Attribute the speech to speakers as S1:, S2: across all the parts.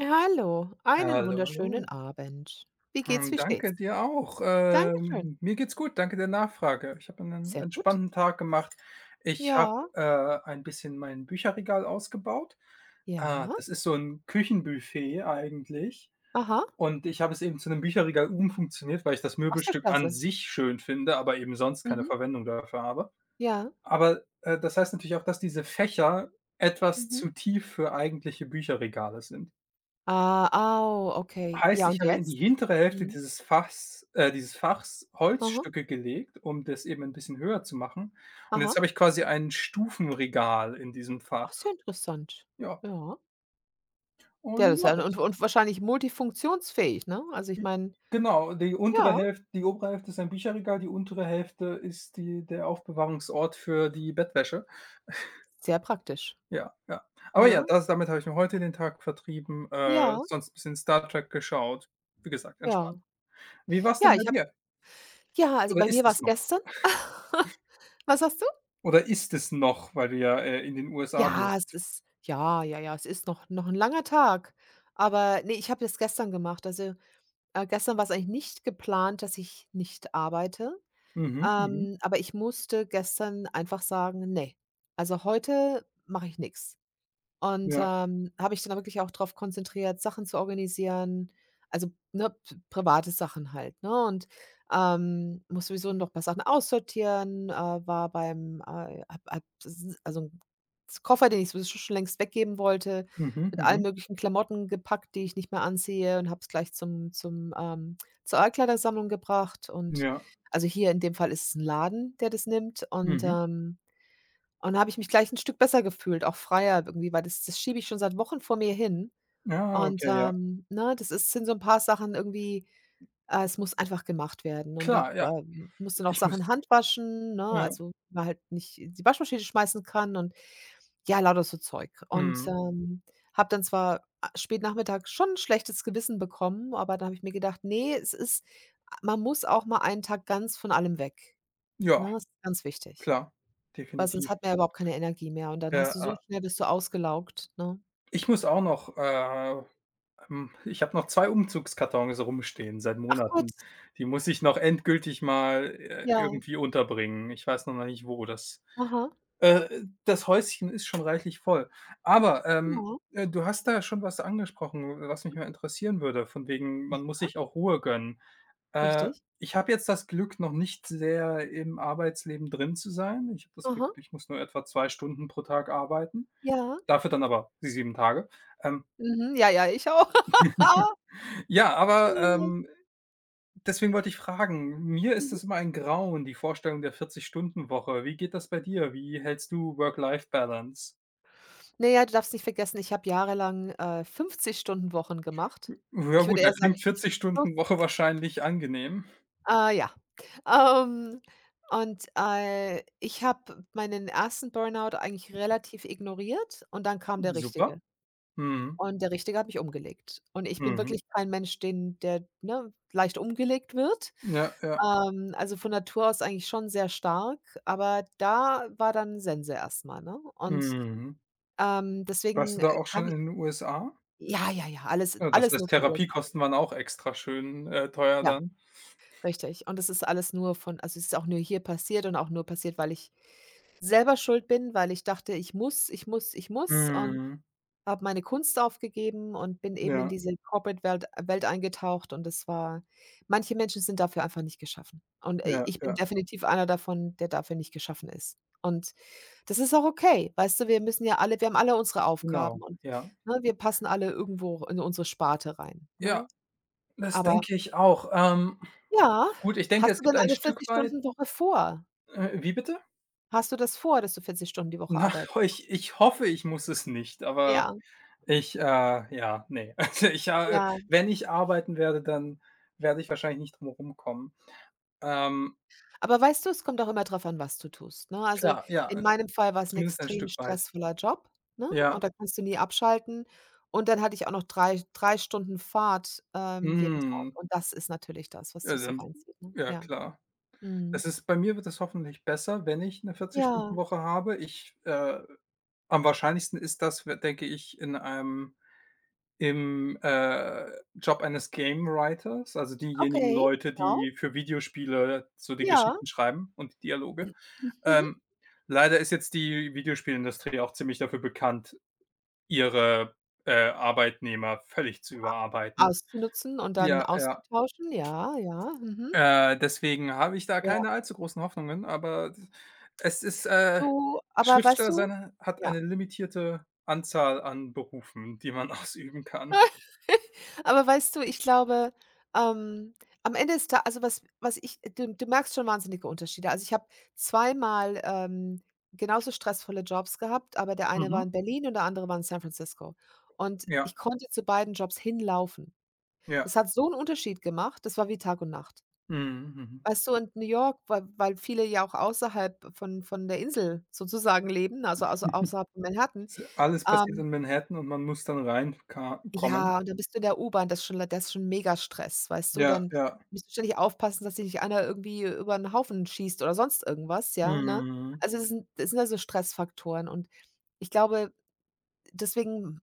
S1: Hallo, einen
S2: Hallo,
S1: wunderschönen
S2: hallo.
S1: Abend. Wie geht's,
S2: Hm,
S1: wie steht's?
S2: danke dir auch.
S1: Dankeschön.
S2: Mir geht's gut, danke der Nachfrage. Ich habe einen
S1: Sehr gut.
S2: entspannten Tag gemacht. Ich habe,
S1: Ja,
S2: ein bisschen mein Bücherregal ausgebaut.
S1: ja.
S2: Das ist so ein Küchenbuffet eigentlich
S1: Aha,
S2: und ich habe es eben zu einem Bücherregal umfunktioniert, weil ich das
S1: aus der
S2: Möbelstück an
S1: Klasse.
S2: sich schön finde, aber eben sonst keine
S1: Mhm.
S2: Verwendung dafür habe.
S1: Ja.
S2: Aber das heißt natürlich auch, dass diese Fächer etwas
S1: Mhm.
S2: zu tief für eigentliche Bücherregale sind.
S1: Ah, au, okay.
S2: Heißt,
S1: Ja,
S2: ich
S1: und
S2: habe in die
S1: jetzt?
S2: hintere Hälfte
S1: Mhm.
S2: dieses Fachs dieses Fachs
S1: Aha,
S2: Holzstücke gelegt, um das eben ein bisschen höher zu machen. Und jetzt
S1: aha.
S2: habe ich quasi ein Stufenregal in diesem
S1: Ach,
S2: Fach.
S1: sehr interessant.
S2: Ja,
S1: Ja. Ja,
S2: und
S1: das ist
S2: ja,
S1: ja und
S2: das
S1: und wahrscheinlich multifunktionsfähig, ne? Also, ich meine
S2: genau, die untere
S1: ja,
S2: Hälfte die obere Hälfte ist ein Bücherregal, die untere Hälfte ist die der Aufbewahrungsort für die Bettwäsche.
S1: sehr praktisch,
S2: Ja, ja. Aber
S1: ne?
S2: ja, das damit habe ich mir heute den Tag vertrieben,
S1: Ja,
S2: sonst bisschen Star Trek geschaut. Wie gesagt, entspannt.
S1: ja.
S2: Wie war's denn
S1: Ja,
S2: bei
S1: ich habe
S2: dir?
S1: ja, also,
S2: Oder
S1: bei mir
S2: ist
S1: war
S2: es
S1: es
S2: noch?
S1: gestern. Was hast
S2: Oder ist es noch, weil du ja, in den USA
S1: Ja, es
S2: bist?
S1: ist ja, ja, ja, es ist noch ein langer Tag. Aber nee, ich habe das gestern gemacht. Also, gestern war es eigentlich nicht geplant, dass ich nicht arbeite.
S2: Mhm, mhm.
S1: Aber ich musste gestern einfach sagen: nee, also heute mache ich nichts. Und,
S2: Ja.
S1: habe ich dann wirklich auch darauf konzentriert, Sachen zu organisieren, also, ne, p private Sachen halt, ne? Und, musste sowieso noch ein paar Sachen aussortieren, war beim, habe habe s also 'n Koffer, den ich sowieso schon längst weggeben wollte,
S2: Mhm,
S1: mit allen
S2: mhm.
S1: möglichen Klamotten gepackt, die ich nicht mehr anziehe und habe es gleich zur Altkleidersammlung gebracht und
S2: Ja.
S1: also, hier in dem Fall ist es 'n Laden, der das nimmt und,
S2: Mhm.
S1: ähm und da habe ich mich gleich 'n Stück besser gefühlt, auch freier irgendwie, weil das schiebe ich schon seit Wochen vor mir hin.
S2: Ah,
S1: Und,
S2: okay, ja.
S1: ne, das ist sind so 'n paar Sachen irgendwie es muss einfach gemacht werden und habe
S2: Klar, ja.
S1: musste noch
S2: Ich
S1: Sachen
S2: müsste
S1: handwaschen, ne,
S2: ja.
S1: also, war halt nicht in die Waschmaschine schmeißen kann und ja, lauter so Zeug. Und,
S2: Mhm.
S1: habe dann zwar a spät Nachmittag schon 'n schlechtes Gewissen bekommen, aber da habe ich mir gedacht: „Ne, es ist man muss auch mal einen Tag ganz von allem weg",
S2: Ja,
S1: ne? Ist ganz wichtig.
S2: klar,
S1: Weil
S2: definitiv.
S1: sonst hat man ja überhaupt keine Energie mehr und dann
S2: Ja,
S1: hast du so
S2: ah,
S1: schnell bist du ausgelaugt, ne?
S2: ich muss auch noch, Hm, ich habe noch 2 Umzugskartons rumstehen seit
S1: Ach Gott,
S2: Monaten. Die muss ich noch endgültig mal,
S1: ja.
S2: irgendwie unterbringen. Ich weiß noch nicht wo. Das
S1: Aha.
S2: äh, das Häuschen ist schon reichlich voll. Aber, ähm,
S1: Ja.
S2: äh, du hast da schon was angesprochen, was mich mal interessieren würde, von wegen,
S1: Ja,
S2: man muss sich auch Ruhe gönnen. Äh,
S1: richtig.
S2: Ich habe jetzt das Glück, noch nicht sehr im Arbeitsleben drin zu sein. Ich habe das Glück,
S1: Aha.
S2: ich muss nur etwa 2 Stunden pro Tag arbeiten,
S1: Ja.
S2: dafür dann aber die 7 Tage. Ähm,
S1: Mhm. Ja, ja, ich auch.
S2: ja, aber, ähm Deswegen wollte ich fragen, mir ist
S1: Mhm.
S2: es immer ein Grauen, die Vorstellung der 40-Stunden-Woche. Wie geht das bei dir? Wie hältst du Work-Life-Balance?
S1: Na ja, du darfst nicht vergessen, ich habe jahrelang, 50 Stunden Wochen gemacht.
S2: Ja
S1: Ich
S2: gut,
S1: würde
S2: da
S1: eher sagen
S2: klingt
S1: 50 plus.
S2: 40-Stunden-Woche wahrscheinlich angenehm.
S1: Ja. Ähm, und ich habe meinen ersten Burnout eigentlich relativ ignoriert und dann kam der
S2: Super.
S1: richtige.
S2: Mhm.
S1: Und der Richtige hat mich umgelegt. Und ich bin
S2: Mhm.
S1: wirklich kein Mensch, den der, ne, leicht umgelegt wird.
S2: Ja, ja.
S1: Also, von Natur aus eigentlich schon sehr stark, aber da war dann Sense erstmal, ne? Und,
S2: Mhm. Warst
S1: deswegen,
S2: du da auch schon
S1: kann ich
S2: in den USA?
S1: ja, ja, ja, alles
S2: Ja, das
S1: alles
S2: heißt,
S1: nur von USA.
S2: Therapiekosten waren auch extra schön, teuer
S1: Ja,
S2: dann.
S1: richtig. Und das ist alles nur von also, es ist auch nur hier passiert und auch nur passiert, weil ich selber schuld bin, weil ich dachte: „Ich muss, ich muss, ich muss" und
S2: Mhm.
S1: habe meine Kunst aufgegeben und bin eben in
S2: Ja,
S1: diese Corporate-Welt Welt eingetaucht und das war manche Menschen sind dafür einfach nicht geschaffen und,
S2: ja,
S1: ich bin
S2: ja.
S1: definitiv einer davon, der dafür nicht geschaffen ist. Und das ist auch okay, weißt du, wir müssen ja alle wir haben alle unsere
S2: Genau,
S1: Aufgaben und,
S2: ja.
S1: ne, wir passen alle irgendwo in unsere Sparte rein,
S2: Ja,
S1: ne?
S2: das
S1: Aber
S2: denke ich auch.
S1: ja,
S2: Gut, ich denke,
S1: hast
S2: es
S1: du
S2: gibt
S1: denn
S2: ein
S1: eine
S2: Stück weit
S1: 40-Stunden-Woche vor?
S2: wie bitte?
S1: Hast du das vor, dass du 40 Stunden die Woche
S2: Na,
S1: arbeit.
S2: ho ich ich hoffe, ich muss es nicht, aber
S1: Ja,
S2: ich ja, ne. Also, ich
S1: ja.
S2: wenn ich arbeiten werde, dann werde ich wahrscheinlich nicht drum rumkommen. Ähm,
S1: Aber weißt du, es kommt auch immer drauf an, was du tust, ne? Also,
S2: klar,
S1: in
S2: ja,
S1: meinem Fall war's 'n
S2: zumindest ein
S1: extrem
S2: Stück weit.
S1: stressvoller Job, ne, und
S2: Ja,
S1: da kannst du nie abschalten. Und dann hatte ich auch noch drei Stunden Fahrt, jeden Tag.
S2: mhm.
S1: Und das ist natürlich das, was
S2: Ja,
S1: dich so
S2: dann
S1: reinzieht, ne?
S2: ja
S1: Ja.
S2: klar.
S1: Mhm.
S2: Das ist bei mir wird es hoffentlich besser, wenn ich eine vierzig Stunden
S1: Ja,
S2: Woche habe. Ich am wahrscheinlichsten ist das, denke ich, in einem im Job eines Game Writers, also diejenigen
S1: okay,
S2: Leute,
S1: genau.
S2: die für Videospiele so die
S1: Ja.
S2: Geschichten schreiben und die Dialoge.
S1: Mhm.
S2: Ähm, leider ist jetzt die Videospielindustrie auch ziemlich dafür bekannt, ihre Arbeitnehmer völlig zu überarbeiten.
S1: Auszunutzen und dann
S2: Ja, ja.
S1: auszutauschen. Ja, ja. Mhm.
S2: Deswegen habe ich da
S1: Ja.
S2: keine allzu großen Hoffnungen, aber es ist.
S1: Du, aber weißt
S2: Schriftsteller
S1: du
S2: sein hat
S1: ja.
S2: eine limitierte Anzahl an Berufen, die man ausüben kann.
S1: Aber weißt du, ich glaube, ähm, am Ende ist da also was was ich du du merkst schon wahnsinnige Unterschiede. Also, ich habe zweimal, genauso stressvolle Jobs gehabt, aber der eine war
S2: Mhm.
S1: in Berlin und der andere war in San Francisco. Und
S2: Ja,
S1: ich konnte zu beiden Jobs hinlaufen.
S2: ja.
S1: Das hat so einen Unterschied gemacht, das war wie Tag und Nacht.
S2: Mhm, mhm.
S1: Weißt du, in New York, weil viele ja auch außerhalb von der Insel sozusagen leben, außerhalb von Manhattan.
S2: Ist alles passiert
S1: ähm
S2: in Manhattan und man muss dann reinkommen.
S1: Ja, und dann bist du in der U-Bahn, das ist schon Megastress, weißt du?
S2: Ja,
S1: Dann
S2: ja.
S1: musst du ständig aufpassen, dass dich nicht einer irgendwie über 'n Haufen schießt oder sonst irgendwas, ja, ne?
S2: Mhm.
S1: Also, das sind ja so Stressfaktoren und ich glaube, deswegen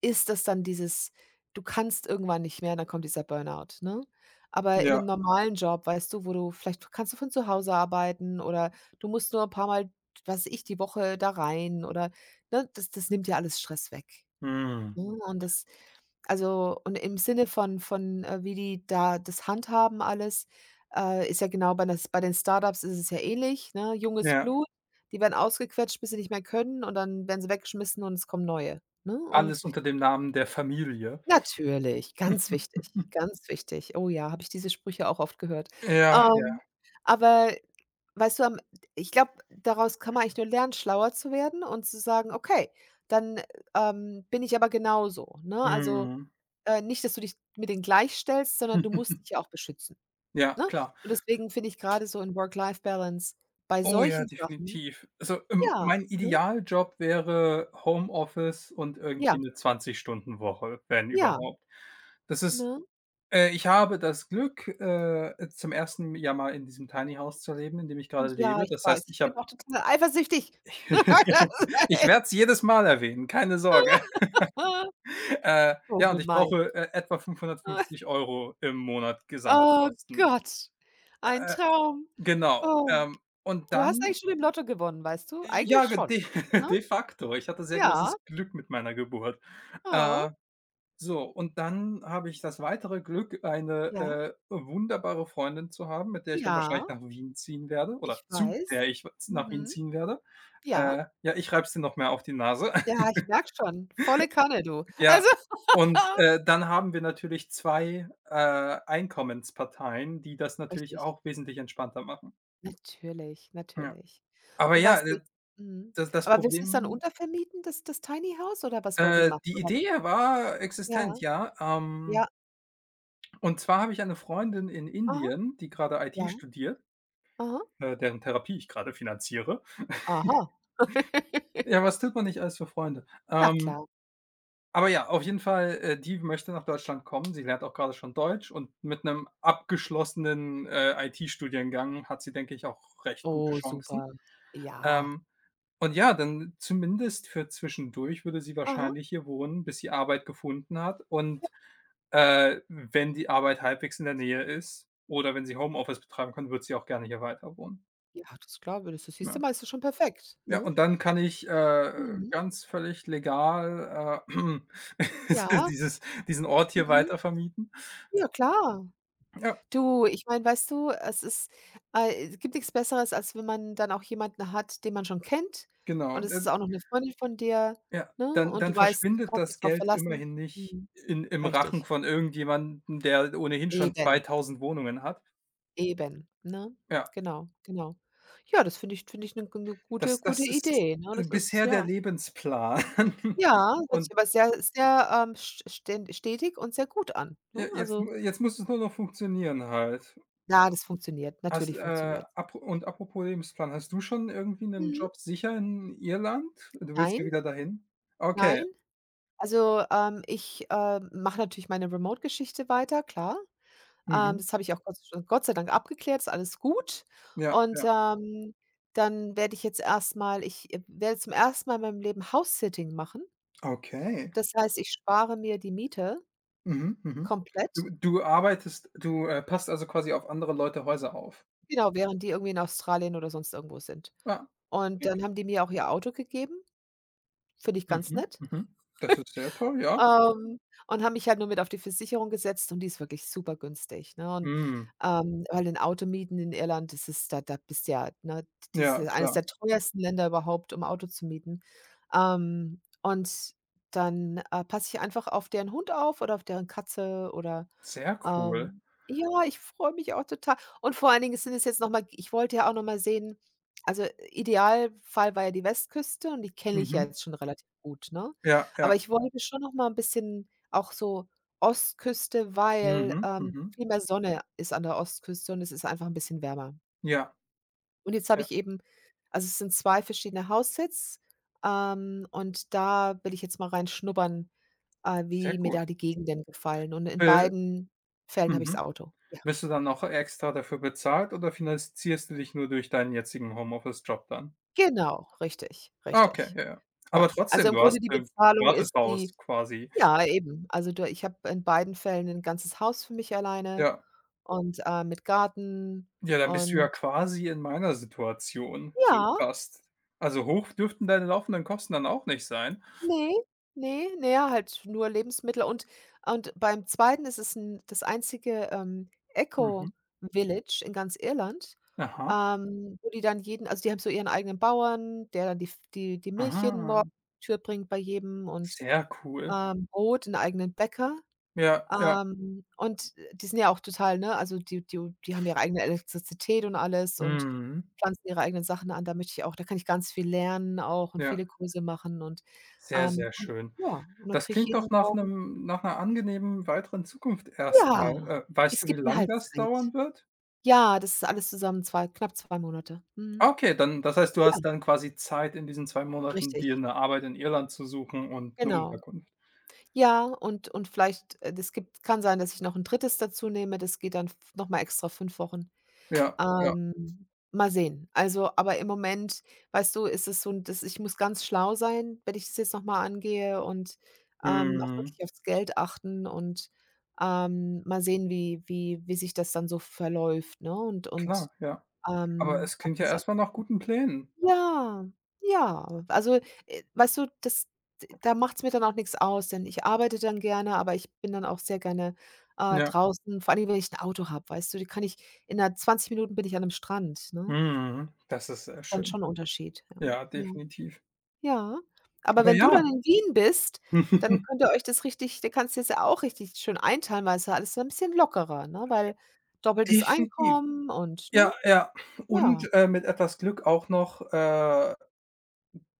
S1: ist das dann dieses du kannst irgendwann nicht mehr, dann kommt dieser Burnout, ne? Aber in 'nem
S2: Ja.
S1: normalen Job, weißt du, wo du vielleicht kannst du von zu Hause arbeiten oder du musst nur 'n paarmal, was weiß ich, die Woche da rein oder ne, das nimmt ja alles Stress weg.
S2: Mhm.
S1: Ne, und das also, und im Sinne von wie die da das handhaben alles, ist ja genau bei das bei den Startups ist es ja ähnlich, ne? Junges
S2: Ja.
S1: Blut, die werden ausgequetscht, bis sie nicht mehr können und dann werden sie weggeschmissen und es kommen neue, ne? Und
S2: Alles unter dem Namen der Familie.
S1: natürlich, ganz wichtig, ganz wichtig. Oh ja, habe ich diese Sprüche auch oft gehört.
S2: Ja, ja.
S1: Ähm, aber weißt du, am ich glaube, daraus kann man eigentlich nur lernen, schlauer zu werden und zu sagen: „Okay, dann, bin ich aber genauso", ne? Also
S2: Mhm.
S1: nicht, dass du dich mit denen gleichstellst, sondern du musst dich ja auch beschützen,
S2: Ja,
S1: ne?
S2: klar.
S1: Und deswegen finde ich grade so in Work-Life-Balance bei
S2: Oh ja,
S1: solchen Sachen
S2: definitiv. Also,
S1: ja,
S2: mein
S1: ne?
S2: Idealjob wäre Homeoffice und irgendwie
S1: Ja,
S2: eine 20- Stunden-Woche, wenn
S1: ja,
S2: überhaupt. Das ist
S1: ne?
S2: ich habe das Glück, zum ersten Jahr mal in diesem Tiny House zu leben, in dem ich gerade
S1: Ja,
S2: lebe.
S1: ich
S2: Das heißt,
S1: weiß,
S2: ich
S1: ich
S2: habe
S1: bin auch total eifersüchtig. Das ist
S2: ich
S1: echt
S2: werde es jedes Mal erwähnen, keine Sorge.
S1: so
S2: Ja, und ich
S1: gemein.
S2: brauche, etwa 550 Euro im Monat
S1: Oh
S2: Gesamtkosten.
S1: Gott, ein Traum.
S2: Genau,
S1: Oh,
S2: und
S1: du hast
S2: dann
S1: eigentlich schon im Lotto gewonnen, weißt du?
S2: ja,
S1: Eigentlich
S2: ge
S1: schon,
S2: de
S1: ne?
S2: de facto. Ich hatte sehr
S1: Ja,
S2: großes Glück mit meiner Geburt. Äh,
S1: oh,
S2: so, und dann habe ich das weitere Glück, eine,
S1: ja,
S2: wunderbare Freundin zu haben, mit der ich dann
S1: ja,
S2: wahrscheinlich nach Wien ziehen werde oder
S1: ich
S2: zu der
S1: weiß.
S2: ich nach Wien
S1: Mhm,
S2: ziehen werde.
S1: ja.
S2: Ja, ich reibe es dir noch mehr auf die Nase.
S1: Ja, ich merke schon, volle Kanne, du.
S2: Ja,
S1: Also
S2: und, dann haben wir natürlich 2 Einkommensparteien, die das natürlich
S1: richtig.
S2: auch wesentlich entspannter machen.
S1: Natürlich,
S2: Ja.
S1: natürlich.
S2: Aber
S1: Und
S2: ja,
S1: weißt du, mhm.
S2: das das
S1: Aber willst du es dann
S2: Problem
S1: untervermieten, das Tiny House, oder was wollt ihr machen?
S2: die
S1: Oder
S2: Idee war existent,
S1: ja,
S2: ja.
S1: ja,
S2: Und zwar habe ich eine Freundin in
S1: aha,
S2: Indien, die grade IT
S1: ja,
S2: studiert,
S1: aha,
S2: deren Therapie ich gerade finanziere.
S1: aha.
S2: Ja, was tut man nicht alles für Freunde?
S1: Na klar.
S2: Aber ja, auf jeden Fall, die möchte nach Deutschland kommen. Sie lernt auch gerade schon Deutsch und mit 'nem abgeschlossenen, IT-Studiengang hat sie, denke ich, auch recht gute
S1: Oh,
S2: Chancen.
S1: super. Ja,
S2: Ähm, und ja, dann zumindest für zwischendurch würde sie
S1: aha.
S2: wahrscheinlich hier wohnen, bis sie Arbeit gefunden hat. Und, wenn die Arbeit halbwegs in der Nähe ist oder wenn sie Homeoffice betreiben kann, wird sie auch gerne hier weiter wohnen,
S1: Ja, das glaube ich. Das siehst du
S2: ja.
S1: mal, ist doch schon perfekt,
S2: Ja.
S1: ne?
S2: Und dann kann ich,
S1: Mhm.
S2: ganz völlig legal,
S1: Ja,
S2: dieses diesen Ort hier
S1: mhm.
S2: weitervermieten.
S1: Ja, klar.
S2: Ja,
S1: Du, ich meine, weißt du, es gibt nichts Besseres, als wenn man dann auch jemanden hat, den man schon kennt
S2: genau.
S1: und es ist
S2: Dann
S1: auch noch eine Freundin von dir,
S2: ja,
S1: ne,
S2: dann
S1: und
S2: dann
S1: du weißt, du
S2: verschwindet
S1: kannst dich
S2: das
S1: drauf
S2: Geld
S1: verlassen.
S2: immerhin nicht
S1: Mhm,
S2: in im Rachen
S1: richtig.
S2: von irgendjemandem, der ohnehin schon
S1: Eben,
S2: 2000 Wohnungen hat.
S1: eben, ne?
S2: Ja,
S1: Genau, genau. Ja, das finde ich eine gute
S2: das
S1: gute
S2: das ist
S1: Idee, ne? Das ist
S2: bisher der
S1: ja.
S2: Lebensplan.
S1: Ja, hört
S2: Und
S1: sich aber sehr sehr, st sten stetig und sehr gut an, ne?
S2: ja,
S1: Also,
S2: jetzt muss es nur noch funktionieren halt.
S1: ja, das funktioniert.
S2: Hast
S1: Natürlich funktioniert.
S2: ap und apropos Lebensplan, hast du schon irgendwie 'nen
S1: Mhm.
S2: Job sicher in Irland? Du willst ja
S1: Nein,
S2: wieder dahin? Okay,
S1: nein. Also, ich mache natürlich meine Remote-Geschichte weiter, klar.
S2: mhm.
S1: Das habe ich auch Gott sei Dank abgeklärt, ist alles gut.
S2: Ja,
S1: Und,
S2: ja.
S1: dann werde ich jetzt erstmal, werde zum ersten Mal in meinem Leben House-Sitting machen.
S2: Okay.
S1: Das heißt, ich spare mir die Miete
S2: Mhm, mhm.
S1: komplett,
S2: Du passt also quasi auf andere Leute Häuser auf?
S1: genau, während die irgendwie in Australien oder sonst irgendwo sind.
S2: Ja,
S1: Und
S2: schick.
S1: dann haben die mir auch ihr Auto gegeben, finde ich ganz
S2: Mhm,
S1: nett.
S2: mhm. Das ist sehr toll, ja.
S1: Ähm, und habe mich halt nur mit auf die Versicherung gesetzt und die ist wirklich super günstig, ne? Und,
S2: Mhm.
S1: weil 'n Auto mieten in Irland, das ist da bist ja ne, das
S2: Ja,
S1: ist eines
S2: klar.
S1: der teuersten Länder überhaupt, um Auto zu mieten. Und dann, passe ich einfach auf deren Hund auf oder auf deren Katze oder
S2: Sehr cool.
S1: ähm, ja, ich freue mich auch total. Und vor allen Dingen sind es jetzt noch mal ich wollte ja auch noch mal sehen also, Idealfall war ja die Westküste und die kenne ich ja
S2: Mhm.
S1: jetzt schon relativ gut, ne?
S2: Ja,
S1: Aber
S2: ja.
S1: ich wollte schon noch mal 'n bisschen auch so Ostküste, weil,
S2: Mhm, mhm.
S1: viel mehr Sonne ist an der Ostküste und es ist einfach ein bisschen wärmer.
S2: Ja,
S1: Und jetzt habe
S2: ja.
S1: ich eben also, es sind 2 verschiedene Houses, und da will ich jetzt mal reinschnuppern,
S2: Sehr
S1: wie mir
S2: cool.
S1: da die Gegenden gefallen. Und in
S2: Äh,
S1: beiden Fällen habe ich das
S2: mhm.
S1: Auto.
S2: Wirst du dann noch extra dafür bezahlt oder finanzierst du dich nur durch deinen jetzigen Homeoffice-Job dann?
S1: Genau, richtig,
S2: Ah, okay,
S1: richtig.
S2: ja, ja.
S1: Ja.
S2: Aber
S1: Also,
S2: trotzdem,
S1: im
S2: du hast
S1: Grunde die
S2: 'n
S1: Bezahlung ist die
S2: Gratishaus quasi.
S1: ja, eben. Also, da ich habe in beiden Fällen 'n ganzes Haus für mich alleine
S2: Ja.
S1: und, mit Garten
S2: Ja, dann bist du ja
S1: und
S2: quasi in meiner Situation, so
S1: ja,
S2: fast. Also, hoch dürften deine laufenden Kosten dann auch nicht sein.
S1: ne, ne, na ja, halt nur Lebensmittel und beim zweiten ist es 'n das einzige,
S2: Mhm.
S1: Eco-Village in ganz Irland,
S2: Aha.
S1: wo die dann jeden also, die haben so ihren eigenen Bauern, der dann die F die die Milch jeden Morgen
S2: Ah,
S1: zur Tür bringt bei jedem und.
S2: sehr cool.
S1: Brot, 'n eigenen Bäcker,
S2: Ja, ja.
S1: und die sind ja auch total, ne also die haben ihre eigene Elektrizität und alles und
S2: Mhm.
S1: pflanzen ihre eigenen Sachen an. Da möchte ich auch da kann ich ganz viel lernen auch und
S2: Ja,
S1: viele Kurse machen
S2: sehr, sehr
S1: und
S2: schön.
S1: ja, und dann
S2: Das
S1: kriege ich
S2: klingt
S1: jeden
S2: doch nach
S1: Morgen
S2: 'nem nach 'ner angenehmen weiteren Zukunft erst mal.
S1: ja,
S2: Weißt
S1: es
S2: du, wie
S1: gibt mir
S2: lang
S1: halt
S2: das
S1: Zeit.
S2: dauern wird?
S1: Ja, das ist alles zusammen 2 knapp 2 Monate. Mhm.
S2: Okay, dann das heißt, du
S1: Ja,
S2: hast dann quasi Zeit in diesen 2 Monaten,
S1: richtig,
S2: dir 'ne Arbeit in Irland zu suchen und 'ne
S1: genau.
S2: Unterkunft.
S1: Ja, und vielleicht, das gibt kann sein, dass ich noch 'n 3. dazunehme, das geht dann f noch mal extra 5 Wochen.
S2: Ja, ja.
S1: Ähm, mal sehen. Also, aber im Moment, weißt du, ist es so 'n das ich muss ganz schlau sein, wenn ich das jetzt noch mal angehe und, auch
S2: Mhm.
S1: wirklich aufs Geld achten und, mal sehen, wie sich das dann so verläuft, ne? Und und,
S2: Klar, ja. Aber
S1: ähm,
S2: es
S1: ob
S2: klingt ja
S1: das a
S2: erst mal nach guten Plänen.
S1: ja, ja. Also, weißt du, das da macht es mir dann auch nichts aus, denn ich arbeite dann gerne, aber ich bin dann auch sehr gerne,
S2: Ja.
S1: draußen, vor allem, wenn ich ein Auto habe, weißt du, die kann ich in na 20 Minuten bin ich an einem Strand, ne?
S2: Mhm. Das ist sehr
S1: Dann
S2: schön.
S1: schon 'n Unterschied, ja.
S2: Ja,
S1: Ja,
S2: definitiv.
S1: ja. Aber
S2: Aber
S1: wenn du
S2: ja,
S1: dann in Wien bist, dann könnt ihr euch das richtig da kannst dir's ja auch richtig schön einteilen, weil es ist ja alles so ein bisschen lockerer, ne? Weil doppeltes
S2: definitiv.
S1: Einkommen und, ne?
S2: Ja, ja.
S1: Ja.
S2: Und, mit etwas Glück auch noch,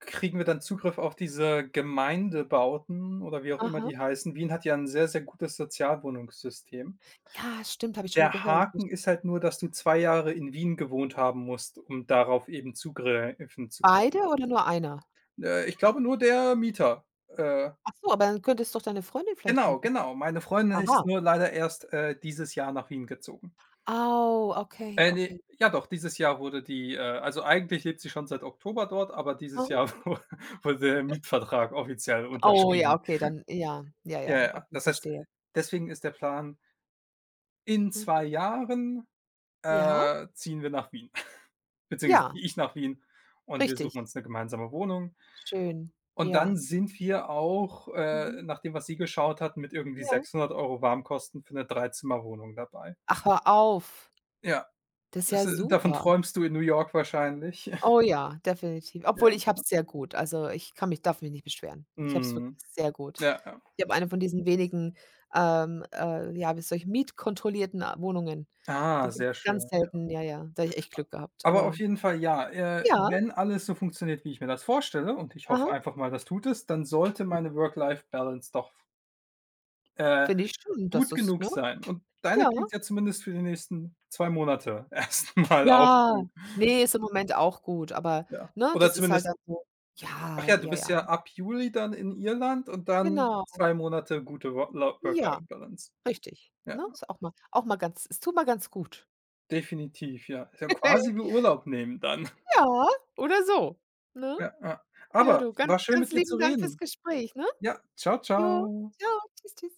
S2: kriegen wir dann Zugriff auf diese Gemeindebauten oder wie auch immer
S1: Aha.
S2: die heißen. Wien hat ja 'n sehr, sehr gutes Sozialwohnungssystem.
S1: Ja, stimmt, habe ich schon mal
S2: Der
S1: gehört.
S2: Haken ist halt nur, dass du 2 Jahre in Wien gewohnt haben musst, um darauf eben zugreifen zu können.
S1: Beide oder nur einer?
S2: Ich glaube nur der Mieter. Äh,
S1: Ach so, aber dann könntest doch deine Freundin vielleicht
S2: genau,
S1: mieten.
S2: genau. Meine Freundin
S1: Aha.
S2: ist nur leider erst, dieses Jahr nach Wien gezogen.
S1: Oh, okay,
S2: Ne,
S1: okay.
S2: ja doch, dieses Jahr wurde die, also eigentlich lebt sie schon seit Oktober dort, aber dieses
S1: Mhm.
S2: Jahr wu wurde der Mietvertrag offiziell
S1: Oh ja,
S2: unterschrieben.
S1: okay, dann ja, ja,
S2: Ja,
S1: ja,
S2: ja.
S1: okay,
S2: Das heißt,
S1: verstehe.
S2: deswegen ist der Plan, in zwei
S1: Mhm.
S2: Jahren,
S1: Ja,
S2: ziehen wir nach Wien. Beziehungsweise
S1: ja,
S2: ziehe ich nach Wien und wir suchen
S1: richtig.
S2: uns 'ne gemeinsame Wohnung.
S1: Schön.
S2: Und
S1: Ja.
S2: dann sind wir auch,
S1: Mhm.
S2: nach dem, was sie geschaut hat, mit irgendwie
S1: Ja.
S2: 600 Euro Warmkosten für 'ne Dreizimmerwohnung dabei.
S1: Ach, hör auf.
S2: Ja,
S1: Das ist
S2: das
S1: ja
S2: davon
S1: super.
S2: träumst du in New York wahrscheinlich.
S1: Oh ja, definitiv.
S2: Ja.
S1: Obwohl ich habe es sehr gut. Also, ich kann mich darf mich nicht beschweren. Ich habe es wirklich
S2: Mhm.
S1: sehr gut.
S2: Ja, ja.
S1: Ich habe eine von diesen wenigen, ja, wie solche mietkontrollierten a Wohnungen.
S2: Ah,
S1: Die gibt's
S2: sehr schön.
S1: ganz selten, ja, ja. Da habe ich echt Glück gehabt,
S2: Aber auf
S1: aber
S2: jeden Fall ja,
S1: ja,
S2: wenn alles so funktioniert, wie ich mir das vorstelle, und ich hoffe
S1: aha,
S2: einfach mal, das tut es, dann sollte meine Work-Life-Balance doch, äh
S1: finde ich schon, dass
S2: gut
S1: es
S2: genug
S1: ne?
S2: sein. Und deine
S1: Ja.
S2: klingt ja zumindest für die nächsten 2 Monate erstmal auch
S1: Ja.
S2: gut,
S1: Ne, ist im Moment auch gut, aber,
S2: ja.
S1: ne,
S2: Oder
S1: das ist halt
S2: zumindest
S1: dann so
S2: ach
S1: ja,
S2: ja, du
S1: ja,
S2: bist
S1: ja,
S2: ja ab Juli dann in Irland und dann
S1: genau.
S2: 2 Monate gute Wo Lo
S1: Ja,
S2: Work-Life-Balance.
S1: richtig,
S2: Ja,
S1: ne? Ist auch mal ganz es tut mal ganz gut.
S2: definitiv, ja. Ist ja quasi wie Urlaub nehmen dann.
S1: Ja, oder so, ne?
S2: Ja, ja.
S1: Ja,
S2: Aber
S1: du, ganz,
S2: war schön, mit
S1: ganz
S2: dir zu
S1: lieben Dank fürs
S2: reden.
S1: Gespräch, ne?
S2: Ja, ciao
S1: Jo,
S2: ciao
S1: tschau, tschüss, tschüss.